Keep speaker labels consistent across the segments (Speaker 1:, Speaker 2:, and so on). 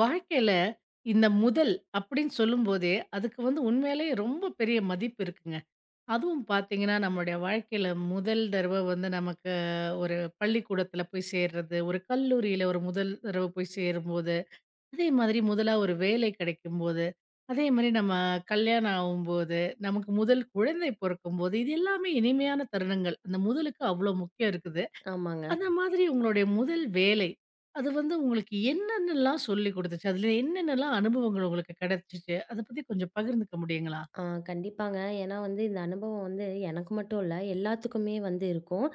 Speaker 1: வாழ்க்கையில இந்த முதல் அப்படின்னு சொல்லும்போதே, அதுக்கு வந்து உண்மையிலேயே ரொம்ப பெரிய மதிப்பு இருக்குங்க. அதுவும் பார்த்தீங்கன்னா, நம்மளுடைய வாழ்க்கையில முதல் தடவ வந்து நமக்கு ஒரு பள்ளிக்கூடத்தில போய் சேர்றது, ஒரு கல்லூரியில ஒரு முதல் தடவ போய் சேரும்போது, அதே மாதிரி முதலா ஒரு வேலை கிடைக்கும்போது, அதே மாரி நம்ம கல்யாணம் ஆகும்போது, நமக்கு முதல் குழந்தை பொறக்கும்போது, இது எல்லாமே இனிமையான தருணங்கள். அந்த முதலுக்கு அவ்வளோ முக்கியம் இருக்குது.
Speaker 2: ஆமாங்க.
Speaker 1: அந்த மாதிரி உங்களுடைய முதல் வேலை, அது வந்து உங்களுக்கு என்னென்னலாம் சொல்லிக் குடுத்துச்சு? அதுல என்னென்னலாம் அனுபவங்கள் உங்களுக்கு கிடைச்சுச்சு? அத பத்தி கொஞ்சம் பகிர்ந்துக்க முடியுங்களா?
Speaker 2: ஆ கண்டிப்பாங்க. ஏன்னா வந்து இந்த அனுபவம் வந்து எனக்கு மட்டும் இல்ல, எல்லாத்துக்குமே வந்து இருக்கும்.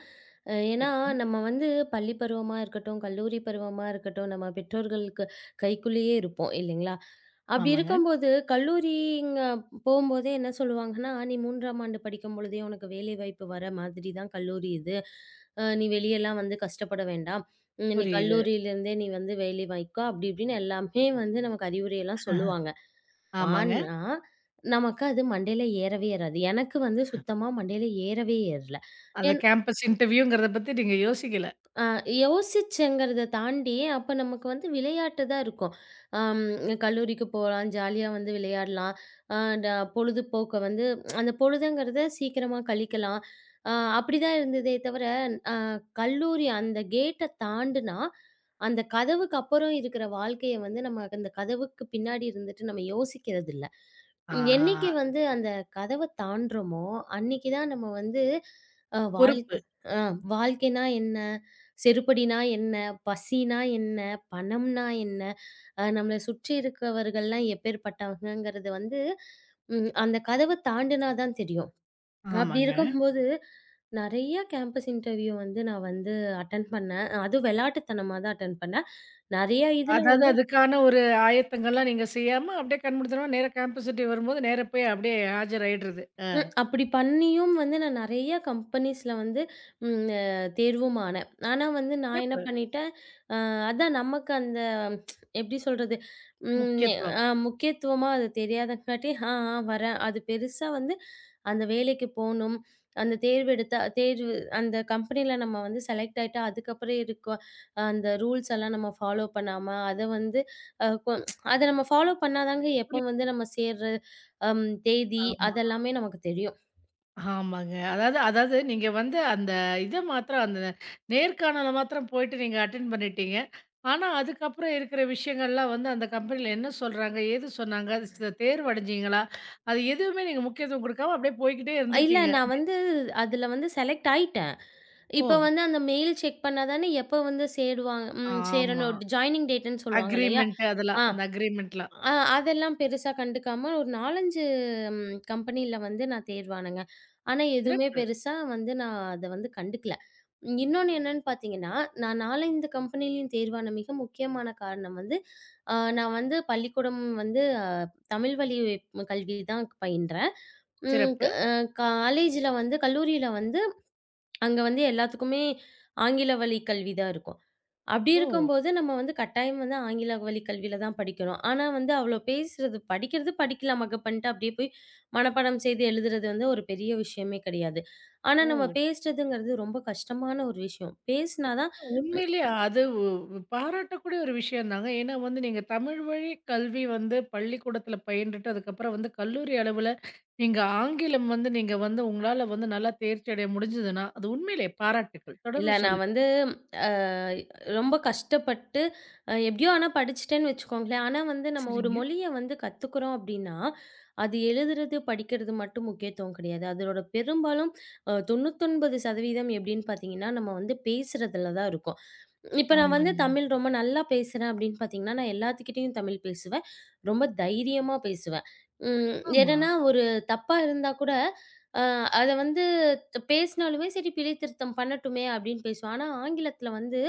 Speaker 2: ஏன்னா
Speaker 1: சரிங்க.
Speaker 2: நம்ம வந்து பள்ளி பருவமா இருக்கட்டும், கல்லூரி பருவமா இருக்கட்டும், நம்ம பெற்றோர்களுக்கு கைக்குள்ளேயே இருப்போம் இல்லைங்களா? அப்படி
Speaker 1: ஆமாங்க.
Speaker 2: இருக்கும்போது, கல்லூரிங்க போம்போதே என்ன சொல்லுவாங்கன்னா, "நீ 3ஆம் ஆண்டு படிக்கும் பொழுதே உனக்கு வேலைவாய்ப்பு வர மாதிரி தான் கல்லூரி இது. நீ வெளியலாம் வந்து கஷ்டப்பட வேண்டாம். நீ
Speaker 1: புரியுது.
Speaker 2: கல்லூரியிலேருந்தே நீ வந்து வேலை வாய்க்கோ" அப்படி இப்படின்னு எல்லாமே வந்து நமக்கு அறிவுரையெல்லாம் சொல்லுவாங்க.
Speaker 1: ஆமாங்க.
Speaker 2: ஆனா, நமக்கு அது மண்டையில ஏறவே ஏறாது. எனக்கு வந்து சுத்தமா மண்டையில ஏறவே ஏறல.
Speaker 1: அந்த
Speaker 2: ஏன்
Speaker 1: கேம்பஸ் இன்டர்வியூங்கிறத பத்தி நீங்க யோசிக்கல.
Speaker 2: ஆ யோசிச்சேங்கிறத தாண்டி, அப்ப நமக்கு வந்து விளையாட்டு தான் இருக்கும். அம் கல்லூரிக்கு போலாம், ஜாலியா வந்து விளையாடலாம். அ ட பொழுதுபோக்க வந்து அந்த பொழுதுங்கிறத சீக்கிரமா கழிக்கலாம். அப்படிதான் இருந்ததே தவிர, அ கல்லூரி அந்த கேட்ட தாண்டுனா, அந்த கதவுக்கு அப்புறம் இருக்கிற வாழ்க்கைய வந்து நம்ம அந்த கதவுக்கு பின்னாடி இருந்துட்டு நம்ம யோசிக்கிறதில்ல.
Speaker 1: ஆஹா!
Speaker 2: என்னைக்கு வந்து அந்த கதவ தாண்டுறோமோ, அன்னைக்கு தான் நம்ம வந்து அ வாழ்
Speaker 1: பொறுப்பு.
Speaker 2: அ வாழ்க்கைனா என்ன? செருப்படினா என்ன? பசினா என்ன? பணம்னா என்ன? நம்மள சுற்றி இருக்கவர்கள்லாம் எப்பேர்ப்பட்டவங்கங்கிறது வந்து, அந்த கதவ தாண்டுனா தான் தெரியும். அப்படி
Speaker 1: ஆமாங்க.
Speaker 2: இருக்கும்போது, நெறைய கேம்பஸ் இன்டர்வியூ வந்து நான் வந்து அட்டெண்ட் பண்ணேன். அதுவும் வெளாட்டுத்தனமா தான் அட்டெண்ட் பண்ணேன். நெறைய இதுல
Speaker 1: அதாவது
Speaker 2: வந்து
Speaker 1: அதுக்கான ஒரு ஆயத்தங்கள்லாம் நீங்க செய்யாம, அப்படியே கண்முழித்தனமா நேரா கேம்பஸ் இன்டர்வியூ வரும்போது, நேரா போய் அப்படியே ஆஜராயிடுறது.
Speaker 2: ம். அப்படி பண்ணியும் வந்து நான் நெறைய கம்பெனிஸ்ல வந்து ம் அ தேர்வும் ஆனேன். ஆனா வந்து நான் என்ன
Speaker 1: சிறப்பு.
Speaker 2: பண்ணிட்டேன், அ அதான் நமக்கு அந்த எப்படி சொல்றது? ம்
Speaker 1: முக்கியத்துவம்.
Speaker 2: அ முக்கியத்துவமா அது தெரியாதங்காட்டி, ஆ, வரேன். அது பெருசா வந்து அந்த வேலைக்கு போணும். அந்த தேர்வு எடுத்தா தேர்வு அந்த கம்பெனில நம்ம வந்து செலக்ட் ஆயிட்டா, அதுக்கப்புறம் இருக்க அந்த ரூல்ஸ் எல்லாம் நம்ம ஃபாலோ பண்ணாம, அத வந்து அ கொ அத நம்ம ஃபாலோ பண்ணா தாங்க எப்போ
Speaker 1: புரியுது.
Speaker 2: வந்து நம்ம சேர்றது. தேதி
Speaker 1: ஆமா.
Speaker 2: அதெல்லாமே நமக்கு தெரியும்.
Speaker 1: ஆமாங்க. அதாவது அதாவது நீங்க வந்து அந்த இத மாத்திரம் அந்த நேர்காணல மாத்திரம் போயிட்டு நீங்க அட்டெண்ட் பண்ணிட்டீங்க. ஆனா, அதுக்கப்புறம் இருக்கிற விஷயங்கள்லாம் வந்து அந்த கம்பெனில என்ன சொல்றாங்க? ஏது சொன்னாங்க? அது தேர்வடைஞ்சீங்களா? அது எதுவுமே நீங்க முக்கியத்துவம் குடுக்காம அப்படியே போய்க்கிட்டே
Speaker 2: இல்ல
Speaker 1: இருந்திருக்கீங்க.
Speaker 2: நான் வந்து அதுல வந்து செலக்ட் ஆயிட்டேன்.
Speaker 1: ஓ!
Speaker 2: இப்ப வந்து அந்த மெயில் செக் பண்ணா தானே எப்ப வந்து சேருவாங்க
Speaker 1: ஆமா.
Speaker 2: சேரணும். ஜாயினிங் டேட்ன்னு சொல்லுவாங்க இல்லையா?
Speaker 1: அக்ரீமென்ட் அதெல்லாம்.
Speaker 2: ஆ
Speaker 1: அந்த அக்ரீமென்ட்லாம்.
Speaker 2: அ அதெல்லாம் பெருசா கண்டுக்காம ஒரு 4, 5 கம்பெனில வந்து நான் தேர்வானேங்க. ஆனா, எதுவுமே
Speaker 1: சிறப்பு,
Speaker 2: பெருசா வந்து நான் அத வந்து கண்டுக்கல. இன்னொன்னு என்னன்னு பார்த்தீங்கன்னா, நான் 4, 5 கம்பெனிலயும் தேர்வான மிக முக்கியமான காரணம் வந்து, நான் வந்து பள்ளிக்கூடம் வந்து தமிழ் வழி கல்வி தான் பயின்றேன். ம் க
Speaker 1: சிறப்பு.
Speaker 2: அ காலேஜ்ல வந்து கல்லூரியில வந்து அங்க வந்து எல்லாத்துக்குமே ஆங்கில வழி கல்வி தான் இருக்கும். அப்படி
Speaker 1: ஓ!
Speaker 2: இருக்கும்போது, நம்ம வந்து கட்டாயம் வந்து ஆங்கில வழி கல்வியில தான் படிக்கிறோம். ஆனா வந்து அவ்வளோ பேசுறது படிக்கிறது படிக்கலாம் மகப் பண்ணிட்டு அப்படியே போய் மனப்பாடம் செய்து எழுதுறது வந்து ஒரு பெரிய விஷயமே கிடையாது. ஆனா நம்ம
Speaker 1: ஓ!
Speaker 2: பேசுறதுங்கிறது ரொம்ப கஷ்டமான ஒரு விஷயம். பேசினா தான்
Speaker 1: உண்மையிலேயே அது பாராட்டக்கூடிய ஒரு விஷயம் தாங்க. ஏன்னா வந்து நீங்க தமிழ் வழி கல்வி வந்து பள்ளிக்கூடத்தில பயின்றுட்டு, அதுக்கப்புறம் வந்து கல்லூரி அளவுல நீங்க ஆங்கிலம் வந்து நீங்க வந்து உங்களால வந்து நல்லா தேர்ச்சி அடைய முடிஞ்சதுன்னா, அது உண்மையிலேயே பாராட்டுக்கள்.
Speaker 2: இல்ல
Speaker 1: தொடர்ந்து
Speaker 2: நான்
Speaker 1: சொல்லுங்க.
Speaker 2: வந்து அ ரொம்ப கஷ்டப்பட்டு எப்படியோ ஆனா படிச்சுட்டேன்னு வச்சுக்கோங்களேன். ஆனா வந்து நம்ம ஒரு
Speaker 1: சரிங்க.
Speaker 2: மொழிய வந்து கத்துக்கிறோம் அப்படின்னா, அது எழுதுறது, படிக்கிறது மட்டும் முக்கியத்துவம் கிடையாது. அதோட பெரும்பாலும் 99% எப்படின்னு பார்த்தீங்கன்னா, நம்ம வந்து பேசுறதுல தான் இருக்கும். இப்ப நான் வந்து
Speaker 1: ஆமாங்க.
Speaker 2: தமிழ் ரொம்ப நல்லா பேசுறேன் அப்படின்னு பார்த்தீங்கன்னா, நான் எல்லாத்துக்கிட்டயும் தமிழ் பேசுவேன். ரொம்ப தைரியமா பேசுவேன். ம்.
Speaker 1: ஆமா.
Speaker 2: என்னன்னா ஒரு தப்பா இருந்தா கூட, அ அத வந்து பேசினாலுமே சரி பிழை திருத்தம் பண்ணட்டுமே அப்படின்னு பேசுவேன். ஆனா ஆங்கிலத்தில வந்து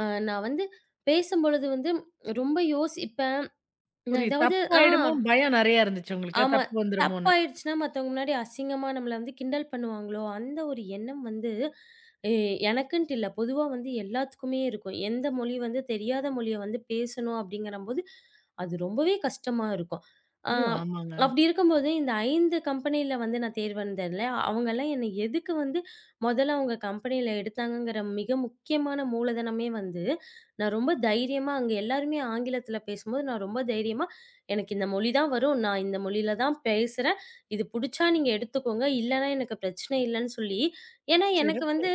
Speaker 2: அ நான் வந்து பேசும்பொழுது வந்து ரொம்ப யோசிப்பேன். நான்
Speaker 1: புரியுது.
Speaker 2: ஏதாவது ஆ.
Speaker 1: தப்பாயிடுமோன்னு பயம் நெறையா இருந்துச்சு உங்களுக்கு.
Speaker 2: ஆமா.
Speaker 1: தப்பு வந்துருமோன்னு.
Speaker 2: தப்பாயிடுச்சுன்னா மத்தவங்க முன்னாடி அசிங்கமா நம்மள வந்து கிண்டல் பண்ணுவாங்களோ! அந்த ஒரு எண்ணம் வந்து எ எனக்குன்ட்டு இல்ல. பொதுவா வந்து எல்லாத்துக்குமே இருக்கும். எந்த மொழி வந்து தெரியாத மொழிய வந்து பேசணும் அப்டிங்கிறம்போது, அது ரொம்பவே கஷ்டமா இருக்கும். ஆ
Speaker 1: ஐயோ! ஆமாங்க.
Speaker 2: அப்டி இருக்கும்போது இந்த 5 கம்பெனில வந்து நான் தேர்வந்தேன்ல, அவங்கலாம் என்ன எதுக்கு வந்து மொதல்ல அவங்க கம்பெனில எடுத்தாங்கங்கிற மிக முக்கியமான மூலதனமே வந்து, நான் ரொம்ப தைரியமா அங்க எல்லாருமே ஆங்கிலத்தில பேசும்போது நான் ரொம்ப தைரியமா எனக்கு இந்த மொழி தான் வரும். நான் இந்த மொழியில தான் பேசுறேன். இது புடிச்சா நீங்க எடுத்துக்கோங்க. இல்லன்னா எனக்கு பிரச்சனை இல்லன்னு சொல்லி ஏன்னா எனக்கு
Speaker 1: சிறப்பு.
Speaker 2: வந்து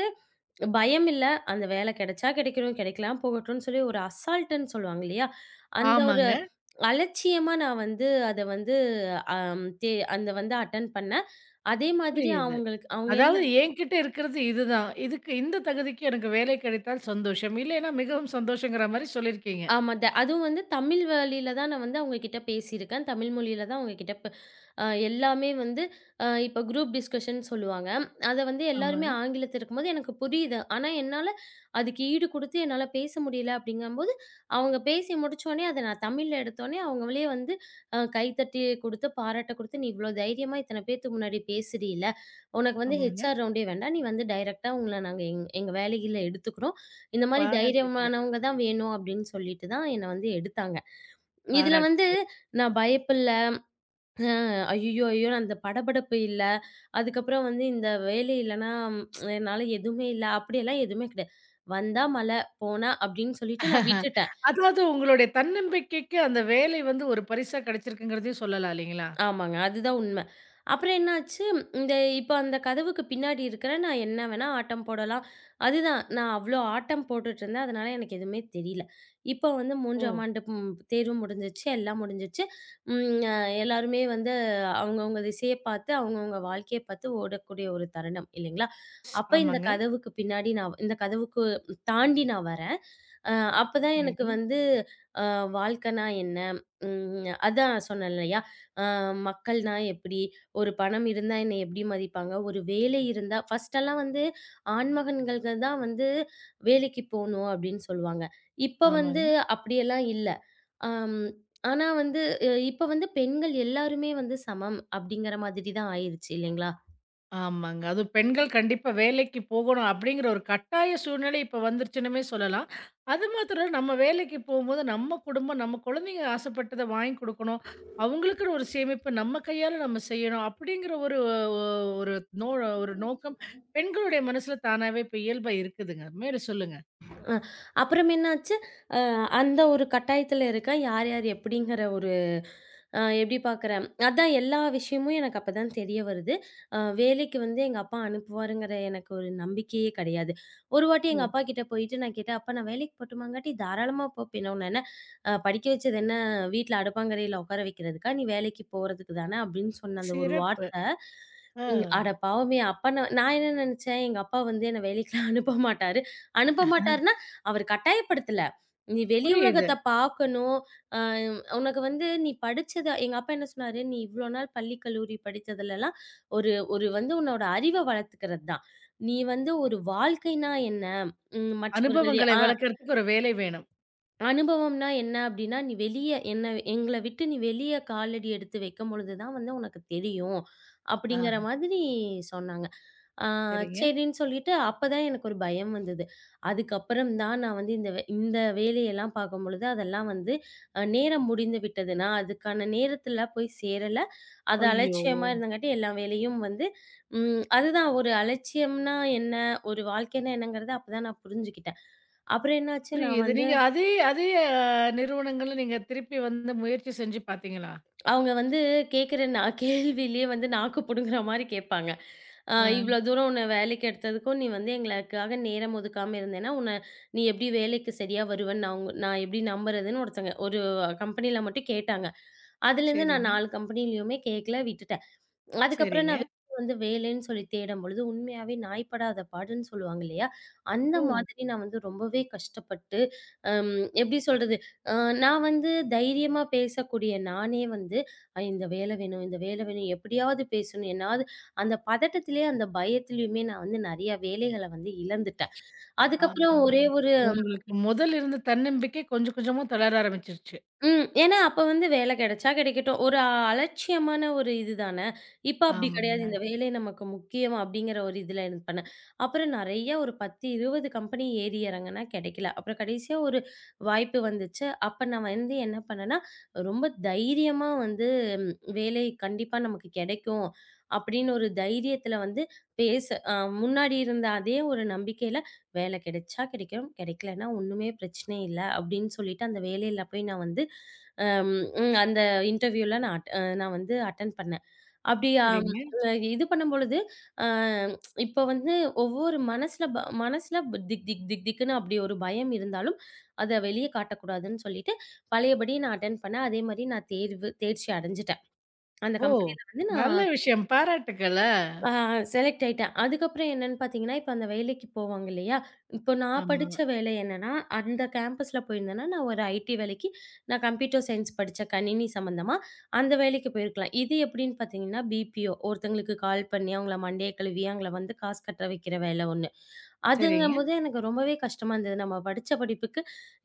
Speaker 2: பயம் இல்ல. அந்த வேலை கிடைச்சா கிடைக்கணும், கிடைக்கலாம் போகட்டும்ன்னு சொல்லி ஒரு அசால்ட்டுன்னு சொல்லுவாங்க இல்லையா? அந்த ஒரு
Speaker 1: ஆமாங்க.
Speaker 2: அலட்சியமா நான் வந்து அத வந்து அம் தே அந்த வந்து அட்டெண்ட் பண்ணேன். அதே மாதிரி
Speaker 1: புரியுது.
Speaker 2: அவங்களுக்கு அவங்க எல்லா
Speaker 1: அதாவது என்கிட்ட இருக்கிறது இதுதான். இதுக்கு இந்த தகுதிக்கு எனக்கு வேலை கிடைத்தால் சந்தோஷம். இல்லைன்னா மிகவும் சந்தோஷங்கிற மாரி சொல்லியிருக்கீங்க.
Speaker 2: ஆமா. அதுவும் வந்து தமிழ் வழியில தான் நான் வந்து அவங்க கிட்ட பேசியிருக்கேன். தமிழ் மொழியில தான் அவங்க கிட்ட ப அ எல்லாமே வந்து இப்ப குரூப் டிஸ்கஷன் சொல்லுவாங்க. அத வந்து எல்லாருமே
Speaker 1: ஆமாங்க,
Speaker 2: ஆங்கிலத்துல இருக்கும்போது எனக்கு புரியுது. ஆனா, என்னால அதுக்கு ஈடு குடுத்து என்னால பேச முடியல அப்படிங்கும்போது, அவங்க பேசி முடிச்சோனே அத நான் தமிழ்ல எடுத்தோனே, அவங்களே வந்து கைத்தட்டி குடுத்து, பாராட்ட குடுத்து, "நீ இவ்ளோ தைரியமா இத்தன பேத்துக்கு முன்னாடி பேசுறீல. உனக்கு வந்து
Speaker 1: ஆமாங்க.
Speaker 2: ஹெச்ஆர் ரவுண்டே வேண்டாம். நீ வந்து டைரக்ட்டா உங்கள நாங்க எங்க வேலையில எடுத்துக்கிறோம். இந்த மாரி
Speaker 1: பாராட்டுக்கள்,
Speaker 2: தைரியமானவங்க தான் வேணும் அப்படின்னு சொல்லிட்டு தான் என்ன வந்து எடுத்தாங்க. இதுல வந்து
Speaker 1: பாராட்டுக்கள்.
Speaker 2: நான் பயப்பில்ல, அ ஐயய்யோ! ஐயோ! அந்த படபடப்பு இல்ல. அதுக்கப்புறம் வந்து இந்த வேலை இல்லன்னா என்னால எதுவுமே இல்ல. அப்படியெல்லாம் எதுவுமே கிடையாது. வந்தா மழை, போனா அப்படின்னு சொல்லிட்டு நான் விட்டுட்டேன்.
Speaker 1: அதாவது உங்களுடைய தன்னம்பிக்கைக்கு அந்த வேலை வந்து ஒரு பரிசா கிடைச்சிருக்குங்கிறதையும் சொல்லலாம் இல்லைங்களா?
Speaker 2: ஆமாங்க. அதுதான் உண்ம. அப்புறம் என்னாச்சு, இந்த இப்ப அந்த கதவுக்கு பின்னாடி இருக்கிறேன். நான் என்ன வேணா ஆட்டம் போடலாம். அதுதான் நான் அவ்ளோ ஆட்டம் போட்டுட்டுருந்தேன். அதனால எனக்கு எதுவுமே தெரியல. இப்போ வந்து
Speaker 1: ஓ!
Speaker 2: 3ஆம் ஆண்டு தேர்வு முடிஞ்சிருச்சு. எல்லாம் முடிஞ்சிருச்சு. ம் அ எல்லாருமே வந்து அவங்கவங்க திசைய பார்த்து, அவங்கவங்க வாழ்க்கைய பார்த்து ஓடக்கூடிய ஒரு தருணம் இல்லைங்களா? அப்ப இந்த
Speaker 1: ஆமாங்க.
Speaker 2: கதவுக்கு பின்னாடி நான் இந்த கதவுக்கு தாண்டி நான் வரேன். அ அப்பதான் எனக்கு
Speaker 1: புரியுது.
Speaker 2: வந்து அ வாழ்க்கைனா என்ன? அதான் நான் சொன்னேன் இல்லையா? அ மக்கள்னா எப்படி? ஒரு பணம் இருந்தா என்னை எப்படி மதிப்பாங்க? ஒரு வேலை இருந்தா ஃபர்ஸ்ட்டெல்லாம் வந்து ஆண்மகன்கள்க தான் வந்து வேலைக்கு போணும் அப்படின்னு சொல்லுவாங்க. இப்ப வந்து
Speaker 1: ஆமாங்க.
Speaker 2: அப்படியெல்லாம் இல்ல. அம் ஆனா வந்து இப்ப வந்து பெண்கள் எல்லாருமே வந்து சமம் அப்படிங்கிற மாதிரி தான் ஆயிருச்சு இல்லைங்களா?
Speaker 1: ஆமாங்க. அதுவும் பெண்கள் கண்டிப்பா வேலைக்கு போகணும் அப்படிங்கிற ஒரு கட்டாய சூழ்நிலை இப்ப வந்துருச்சுன்னுமே சொல்லலாம். அது மாத்திரம் இல்ல நம்ம வேலைக்கு போகும்போது நம்ம குடும்பம், நம்ம குழந்தைங்க ஆசைப்பட்டத வாங்கி குடுக்கணும். அவங்களுக்குன்னு ஒரு சேமிப்பு நம்ம கையால நம்ம செய்யணும். அப்படிங்கிற ஒரு ஒ ஒரு நோ ஒரு நோக்கம் பெண்களுடைய மனசுல தானாவே இப்ப இயல்பா இருக்குதுங்க. மேல சொல்லுங்க.
Speaker 2: அ அப்புறம் என்னாச்சு? அ அந்த ஒரு கட்டாயத்துல இருக்கேன். யார் யார் எப்படிங்கிற ஒரு எப்படி பார்க்குறேன் அதான் எல்லா விஷயமும் எனக்கு அப்பதான் தெரிய வருது. வேலைக்கு வந்து எங்க அப்பா அனுப்புவாருங்கிற எனக்கு ஒரு நம்பிக்கையே கிடையாது. ஒரு வாட்டி எங்க
Speaker 1: ஓ!
Speaker 2: அப்பா கிட்ட போயிட்டு நான் கேட்டேன், "அப்பா நான் வேலைக்கு போட்டுமாங்காட்டி தாராளமா போ பின்ன உன்ன என்ன படிக்க வச்சது என்ன வீட்ல அடுப்பாங்கரையில உட்கார வைக்கிறதுக்கா? நீ வேலைக்கு போறதுக்கு தானே" அப்படின்னு சொன்ன அந்த ஒரு
Speaker 1: சிறப்பு.
Speaker 2: வார்த்தை,
Speaker 1: ஆ.
Speaker 2: அட பாவமே! அப்பா நான் நான் என்ன நினைச்சேன், எங்க அப்பா வந்து என்ன வேலைக்குலாம் அனுப்ப மாட்டாரு. அனுப்ப மாட்டாருன்னா, அவர் கட்டாயப்படுத்தல. "நீ வெளி
Speaker 1: புரியுது.
Speaker 2: உலகத்த பார்க்கணும், அ உனக்கு வந்து நீ படிச்சத எங்க அப்பா என்ன சொன்னாரு, "நீ இவ்ளோ நாள் பள்ளி, கல்லூரி படித்ததுலலாம் ஒரு ஒரு வந்து உன்னோட அறிவ வளர்த்துக்கிறது தான். நீ வந்து ஒரு வாழ்க்கைன்னா என்ன? மற்றவர்கள்
Speaker 1: அனுபவங்களை
Speaker 2: ஆ.
Speaker 1: வளர்க்கறதுக்கு ஒரு வேலை வேணும்.
Speaker 2: அனுபவம்னா என்ன அப்டின்னா, நீ வெளிய என்ன எங்கள விட்டு நீ வெளிய காலடி எடுத்து வைக்கும்பொழுது தான் வந்து உனக்கு தெரியும். அப்டிங்கிற
Speaker 1: ஆஹ.
Speaker 2: மாதிரி சொன்னாங்க. ஆ
Speaker 1: சரிங்க.
Speaker 2: சரின்னு சொல்லிட்டு அப்பதான் எனக்கு ஒரு பயம் வந்தது. அதுக்கப்புறம் தான் நான் வந்து இந்த வேலையெல்லாம் பார்க்கும்பொழுது, அதெல்லாம் வந்து நேரம் முடிந்து விட்டது. நான் அதுக்கான நேரத்துல போய் சேரல. அது
Speaker 1: ஐயோ!
Speaker 2: அலட்சியமா இருந்தங்காட்டி எல்லா வேலையும் வந்து அதுதான் ஒரு அலட்சியம்னா என்ன? ஒரு வாழ்க்கைன்னா என்னங்கிறத அப்பதான் நான் புரிஞ்சுக்கிட்டேன். அப்புறம் என்னாச்சு நான்
Speaker 1: புரியுது.
Speaker 2: வந்து
Speaker 1: நீங்க அதே அதே அ நிறுவனங்கள்ல நீங்க திருப்பி வந்து முயற்சி செஞ்சு பார்த்தீங்களா?
Speaker 2: அவங்க வந்து கேட்கிற நான் கேள்வியிலேயே வந்து நாக்கு பிடுங்குற மாரி கேட்பாங்க.
Speaker 1: ஆ
Speaker 2: "இவ்ளோ தூரம் உன்ன வேலைக்கு எடுத்ததுக்கும், நீ வந்து எங்களுக்காக நேரம் ஒதுக்காம இருந்தேன்னா, உன்ன நீ எப்படி வேலைக்கு சரியா வருவன்னு நான் எப்படி நம்புறதுன்னு?" ஒருத்தங்க ஒரு கம்பெனில மட்டும் கேட்டாங்க. அதுலேருந்து நான்
Speaker 1: சரிங்க,
Speaker 2: 4 கம்பெனிலயுமே கேட்கல. விட்டுட்டேன். அதுக்கப்புறம்
Speaker 1: சரிங்க.
Speaker 2: நான் வெளிய வந்து வேலைன்னு சொல்லி தேடும்பொழுது, உண்மையாவே நாய் படாத பாடுன்னு சொல்லுவாங்க இல்லையா? அந்த
Speaker 1: ஓ!
Speaker 2: மாதிரி நான் வந்து ரொம்பவே கஷ்டப்பட்டு, அம் எப்படி சொல்றது? அ நான் வந்து தைரியமா பேசக்கூடிய நானே வந்து, இந்த வேலை வேணும், இந்த வேலை வேணும்." எப்படியாவது பேசணும். என்னாவது அந்த பதட்டத்திலேயே, அந்த பயத்திலயுமே நான் வந்து நெறைய வேலைகள வந்து இழந்துட்டேன்.
Speaker 1: ஆ
Speaker 2: அதுக்கப்புறம் ஒரே ஒரு
Speaker 1: உங்களுக்கு முதல்ல இருந்த தன்னம்பிக்கை கொஞ்சம் கொஞ்சமா தளர ஆரம்பிச்சுருச்சு.
Speaker 2: ம். ஏன்னா அப்ப வந்து வேலை கிடைச்சா கிடைக்கட்டும். ஒரு அலட்சியமான ஒரு இதுதான. இப்ப அப்படி
Speaker 1: ஆமாங்க.
Speaker 2: கிடையாது. இந்த வேலை நமக்கு முக்கியம் அப்படிங்கிற ஒரு இதுல இது பண்ணேன். அப்புறம் நெறைய ஒரு 10, 20 கம்பெனி ஏறி இறங்குனா கிடைக்கல. அப்புறம் கடைசியா ஒரு வாய்ப்பு வந்துச்சு. அப்ப நான் வந்து என்ன பண்ணேன்னா, ரொம்ப தைரியமா வந்து ம், வேலை கண்டிப்பா நமக்கு கிடைக்கும் அப்படின்னு ஒரு தைரியத்துல வந்து பேச அ முன்னாடி இருந்த அதே ஒரு நம்பிக்கையில வேலை கிடைச்சா கிடைக்கும், கிடைக்கலன்னா ஒண்ணுமே பிரச்சனை இல்ல அப்படின்னு சொல்லிட்டு அந்த வேலையில போய் நான் வந்து அம், அந்த இன்டர்வியூல நான் வந்து அட்டெண்ட் பண்ணேன். அப்படி அம்
Speaker 1: சரிங்க.
Speaker 2: அ இது பண்ணும்பொழுது, அ இப்ப வந்து ஒவ்வொரு மனசுல ப மனசுல திக் திக் திக் திக்ன்னு அப்படி ஒரு பயம் இருந்தாலும், அத வெளிய காட்டக்கூடாதுன்னு சொல்லிட்டு, பழையபடி நான் அட்டெண்ட் பண்ணேன். அதே மாரி நான் தேர்வு தேர்ச்சி அடைஞ்சுட்டேன். அந்த
Speaker 1: ஓ!
Speaker 2: கம்பெனியில வந்து
Speaker 1: நல்ல
Speaker 2: நான்
Speaker 1: விஷயம். பாராட்டுக்கள். ஆ.
Speaker 2: ஆ செலக்ட் ஆயிட்டேன். அதுக்கப்புறம் என்னன்னு பார்த்தீங்கன்னா, இப்ப அந்த வேலைக்கு போவாங்க இல்லையா? இப்போ நான்
Speaker 1: ஆமா.
Speaker 2: படிச்ச வேலை என்னன்னா, அந்த கேம்பஸ்ல போயிருந்தேன்னா, நான் ஒரு ஐடி வேலைக்கு நான் கம்ப்யூட்டர் சயின்ஸ் படிச்சேன். கணினி சம்மந்தமா. அந்த வேலைக்கு போயிருக்கலாம். இது எப்படின்னு பார்த்தீங்கன்னா, பிபிஓ ஒருத்தங்களுக்கு கால் பண்ணி, அவங்கள மண்டைய கழுவி, அவங்கள வந்து காசு கட்ட வைக்கிற வேலை ஒண்ணு.
Speaker 1: சரிங்க.
Speaker 2: அதுங்கும்போது எனக்கு ரொம்பவே கஷ்டமா இருந்தது. நம்ம படிச்ச படிப்புக்கு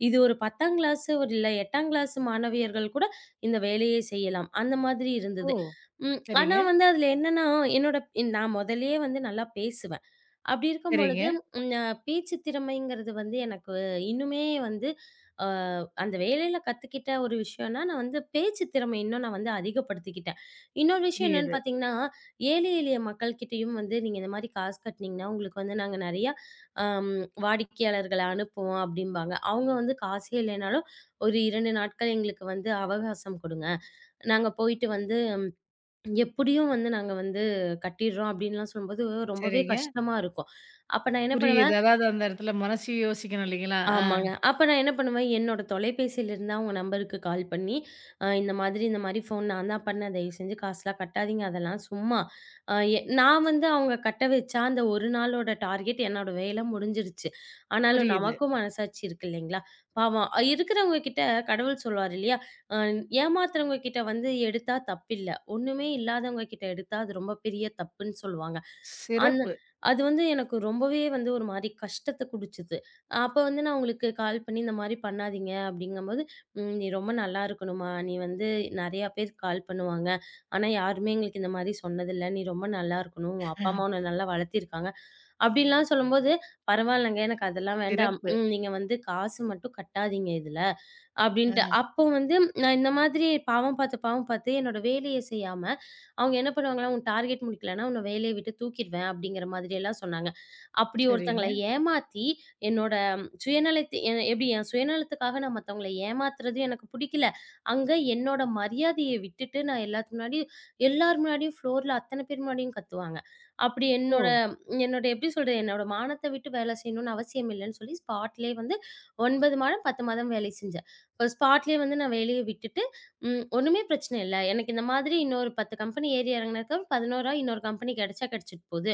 Speaker 2: இது ஒரு 10ஆம் கிளாஸ், ஒரு இல்ல 8ஆம் கிளாஸ் மாணவியர்கள் கூட இந்த வேலையை செய்யலாம். அந்த மாதிரி
Speaker 1: ஓ!
Speaker 2: இருந்தது. ம். ஆனா
Speaker 1: சரிங்க,
Speaker 2: வந்து அதுல என்னன்னா, என்னோட நான் மொதல்லயே வந்து நல்லா பேசுவேன். அப்படி இருக்கும்
Speaker 1: சரிங்க.
Speaker 2: பொழுது, ம் அ பேச்சு திறமைங்கிறது வந்து எனக்கு இன்னுமே வந்து அ அந்த வேலையில கத்துக்கிட்ட ஒரு விஷயம்னா, நான் வந்து பேச்சு திறமை இன்னும் நான் வந்து அதிகப்படுத்திக்கிட்டேன். இன்னொரு விஷயம் என்னன்னு
Speaker 1: புரியுது.
Speaker 2: பார்த்தீங்கன்னா, ஏழை எளிய மக்கள்கிட்டயும் வந்து நீங்க இந்த மாரி காசு கட்டுனீங்கன்னா, உங்களுக்கு வந்து நாங்க நெறையா அம் வாடிக்கையாளர்கள அனுப்புவோம் அப்படிம்பாங்க. அவங்க வந்து காசே இல்லைனாலும், ஒரு 2 நாட்கள் எங்களுக்கு வந்து அவகாசம் குடுங்க. நாங்க போயிட்டு வந்து எப்படியும் வந்து நாங்க வந்து கட்டிடுறோம் அப்டின்லாம் சொல்லும்போது ரொம்பவே
Speaker 1: சரிங்க.
Speaker 2: கஷ்டமா இருக்கும். அப்ப நான் என்ன பண்ணுவேன்
Speaker 1: புரியுது. அதாவது அந்த இடத்துல மனசு யோசிக்கணும் இல்லைங்களா? ஆ
Speaker 2: ஆமாங்க. அப்ப நான் என்ன பண்ணுவேன், என்னோட தொலைபேசியிலருந்து அவங்க நம்பருக்கு கால் பண்ணி, இந்த மாதிரி, இந்த மாதிரி ஃபோன் நான் தான் பண்ணேன். தயவு செஞ்சு காசுலாம் கட்டாதீங்க. அதெல்லாம் சும்மா. அ எ நான் வந்து அவங்க கட்ட வச்சா, அந்த ஒரு நாளோட டார்கெட் என்னோட வேலை முடிஞ்சிருச்சு. ஆனாலும்
Speaker 1: புரியுது.
Speaker 2: நமக்கும் மனசாட்சி இருக்கு இல்லைங்களா? பாவம் இருக்கிறவங்க கிட்ட கடவுள் சொல்வார் இல்லையா? அ ஏமாத்துறவங்க கிட்ட வந்து எடுத்தா தப்பில்ல. ஒண்ணுமே இல்லாதவங்க கிட்ட எடுத்தா அது ரொம்ப பெரிய தப்புன்னு சொல்லுவாங்க. அந்த
Speaker 1: சிறப்பு,
Speaker 2: அது வந்து எனக்கு ரொம்பவே வந்து ஒரு மாரி கஷ்டத்த குடுச்சுது. அப்ப வந்து நான் உங்களுக்கு கால் பண்ணி, "இந்த மாரி பண்ணாதீங்க" அப்படிங்கம்போது, நீ ரொம்ப நல்லா இருக்கணும்மா. நீ வந்து நெறையா பேர் கால் பண்ணுவாங்க. ஆனா யாருமே எங்களுக்கு இந்த மாரி சொன்னதில்ல. நீ ரொம்ப நல்லா இருக்கணும். உன் அப்பா, அம்மா உன்ன நல்லா வளர்த்திருக்காங்க." அப்படின்லாம் சொல்லும்போது, "பரவாயில்லங்க. எனக்கு அதெல்லாம் வேண்டாம்.
Speaker 1: சிறப்பு.
Speaker 2: நீங்க வந்து காசு மட்டும் கட்டாதீங்க இதுல. அப்படின்ட்டு.
Speaker 1: ஆ
Speaker 2: அப்போ வந்து நான் இந்த மாதிரி பாவம் பார்த்து, பாவம் பார்த்து என்னோட வேலைய செய்யாம, அவங்க என்ன பண்ணுவாங்கன்னா, "உன் டார்கெட் முடிக்கலன்னா, உன்ன வேலைய விட்டு தூக்கிருவேன்." அப்படிங்கிற மாதிரி எல்லாம் சொன்னாங்க. அப்படி ஒருத்தங்கள
Speaker 1: சரிங்க.
Speaker 2: ஏமாத்தி, என்னோட சுயநலத்தை எ எப்படி என் சுயநலத்துக்காக நான் மத்தவங்கள ஏமாத்துறது எனக்கு புடிக்கல. அங்க என்னோட மரியாதைய விட்டுட்டு, நான் எல்லாத்து முன்னாடியும் எல்லார் முன்னாடியும் ஃப்ளோர்ல அத்தன பேர் முன்னாடியும் கத்துவாங்க. அப்படி
Speaker 1: ஓ!
Speaker 2: என்னோட என்னோட எப்படி சொல்றது? என்னோட மானத்த விட்டு வேலை செய்யணும்னு அவசியம் இல்லன்னு சொல்லி, ஸ்பாட்லயே வந்து 9 மாதம், 10 மாதம் வேலை செஞ்சேன். ஒரு ஸ்பாட்லயே வந்து நான் வேலைய விட்டுட்டு, ஒண்ணுமே பிரச்சனை இல்ல. எனக்கு இந்த மாதிரி இன்னொரு 10 கம்பெனி ஏறி இறங்குனதுக்கு 11ஆ இன்னொரு கம்பெனி கிடைச்சா கிடைச்சிட்டு போது.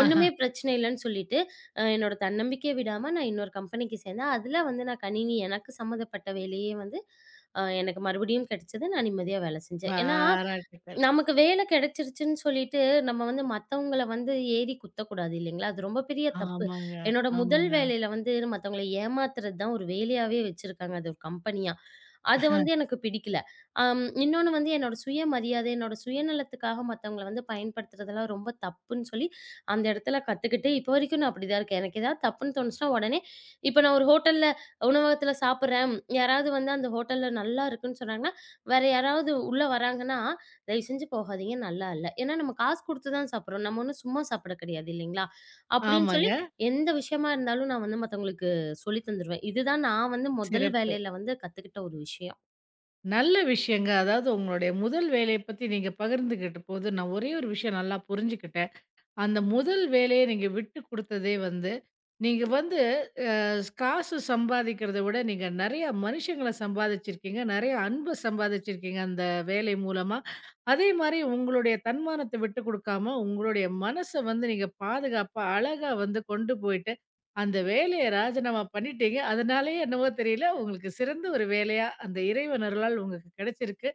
Speaker 2: ஒண்ணுமே பிரச்சனை இல்லன்னு சொல்லிட்டு, என்னோட தன்னம்பிக்கைய விடாம நான் இன்னொரு கம்பெனிக்கு சேர்ந்தேன். அதுல வந்து நான் கணினி எனக்கு சம்மந்தப்பட்ட வேலையே வந்து எனக்கு மறுபடியும் கிடைச்சது. நான் நிம்மதியா வேலை செஞ்சேன். ஏன்னா,
Speaker 1: பாராட்டுக்கள்.
Speaker 2: நமக்கு வேலை கிடைச்சிருச்சுன்னு சொல்லிட்டு நம்ம வந்து மத்தவங்கள வந்து ஏறி குத்தக்கூடாது இல்லைங்களா? அது ரொம்ப பெரிய தப்பு.
Speaker 1: ஆமாங்க,
Speaker 2: என்னோட முதல்
Speaker 1: ஆமாங்க,
Speaker 2: வேலையில வந்து மத்தவங்கள ஏமாத்துறது தான் ஒரு வேலையாவே வச்சிருக்காங்க. அது ஒரு கம்பெனியா. அது வந்து எனக்கு பிடிக்கல. இன்னொன்னு வந்து என்னோட சுயமரியாதை, என்னோட சுயநலத்துக்காக மத்தவங்கள வந்து பயன்படுத்துறதெல்லாம் ரொம்ப தப்புன்னு சொல்லி, அந்த இடத்துல கத்துக்கிட்டு இப்போ வரைக்கும் நான் அப்படிதான் இருக்கேன். எனக்கு ஏதாவது தப்புன்னு தோணுச்சுனா உடனே இப்போ நான் ஒரு ஹோட்டல்ல உணவகத்தில சாப்பிடுறேன். யாராவது வந்து அந்த ஹோட்டல்ல நல்லா இருக்குன்னு சொன்னாங்கன்னா, வேற யாராவது உள்ள வராங்கன்னா, "தயவு செஞ்சு போகாதீங்க நல்லா இல்ல." ஏன்னா நம்ம காசு குடுத்து தான் சாப்பிடுறோம். நம்ம ஒண்ணும் சும்மா சாப்பிட கிடையாது இல்லைங்களா? அப்படின்னு சொல்லி
Speaker 1: ஆமாங்க.
Speaker 2: எந்த விஷயமா இருந்தாலும் நான் வந்து மத்தவங்களுக்கு சொல்லி தந்துருவேன். இதுதான் நான் வந்து முதல்
Speaker 1: சிறப்பு.
Speaker 2: வேலையில வந்து கத்துக்கிட்ட ஒரு விஷயம்.
Speaker 1: நல்ல விஷயங்க. அதாவது உங்களுடைய முதல் வேலைய பத்தி நீங்க பகிர்ந்துகிட்ட போது, நான் ஒரே ஒரு விஷயம் நல்லா புரிஞ்சுக்கிட்டேன். அந்த முதல் வேலைய நீங்க விட்டு குடுத்ததே வந்து, நீங்க வந்து அது காசு சம்பாதிக்கிறத விட நீங்க நிறைய மனுஷங்கள சம்பாதிச்சிருக்கீங்க. நிறைய அன்ப சம்பாதிச்சிருக்கீங்க அந்த வேலை மூலமா. அதே மாரி உங்களுடைய தன்மானத்த விட்டுக் குடுக்காம, உங்களுடைய மனச வந்து நீங்க பாதுகாப்பா, அழகா வந்து கொண்டு போயிட்டு, அந்த வேலைய ராஜினாமா பண்ணிட்டீங்க. அதனாலயே என்னவோ தெரியல, உங்களுக்கு சிறந்த ஒரு வேலையா அந்த இறைவன் அருளால் உங்களுக்கு கிடைச்சிருக்கு.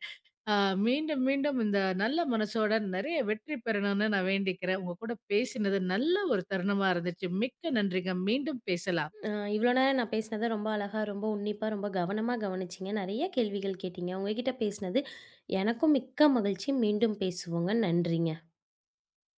Speaker 1: ஆ மீண்டும், மீண்டும் இந்த நல்ல மனசோட நிறைய வெற்றி பெறணும்னு நான் வேண்டிக்கிறேன். உங்க கூட பேசினது நல்ல ஒரு தருணமா இருந்துச்சு. மிக்க நன்றிங்க. மீண்டும் பேசலாம்.
Speaker 2: அ இவ்வளோ நேரம் நான் பேசினத ரொம்ப அழகா, ரொம்ப உன்னிப்பா, ரொம்ப கவனமா கவனிச்சீங்க. நெறைய கேள்விகள் கேட்டீங்க. உங்க கிட்ட பேசினது எனக்கும் மிக்க மகிழ்ச்சி. மீண்டும் பேசுவோங்க. நன்றிங்க.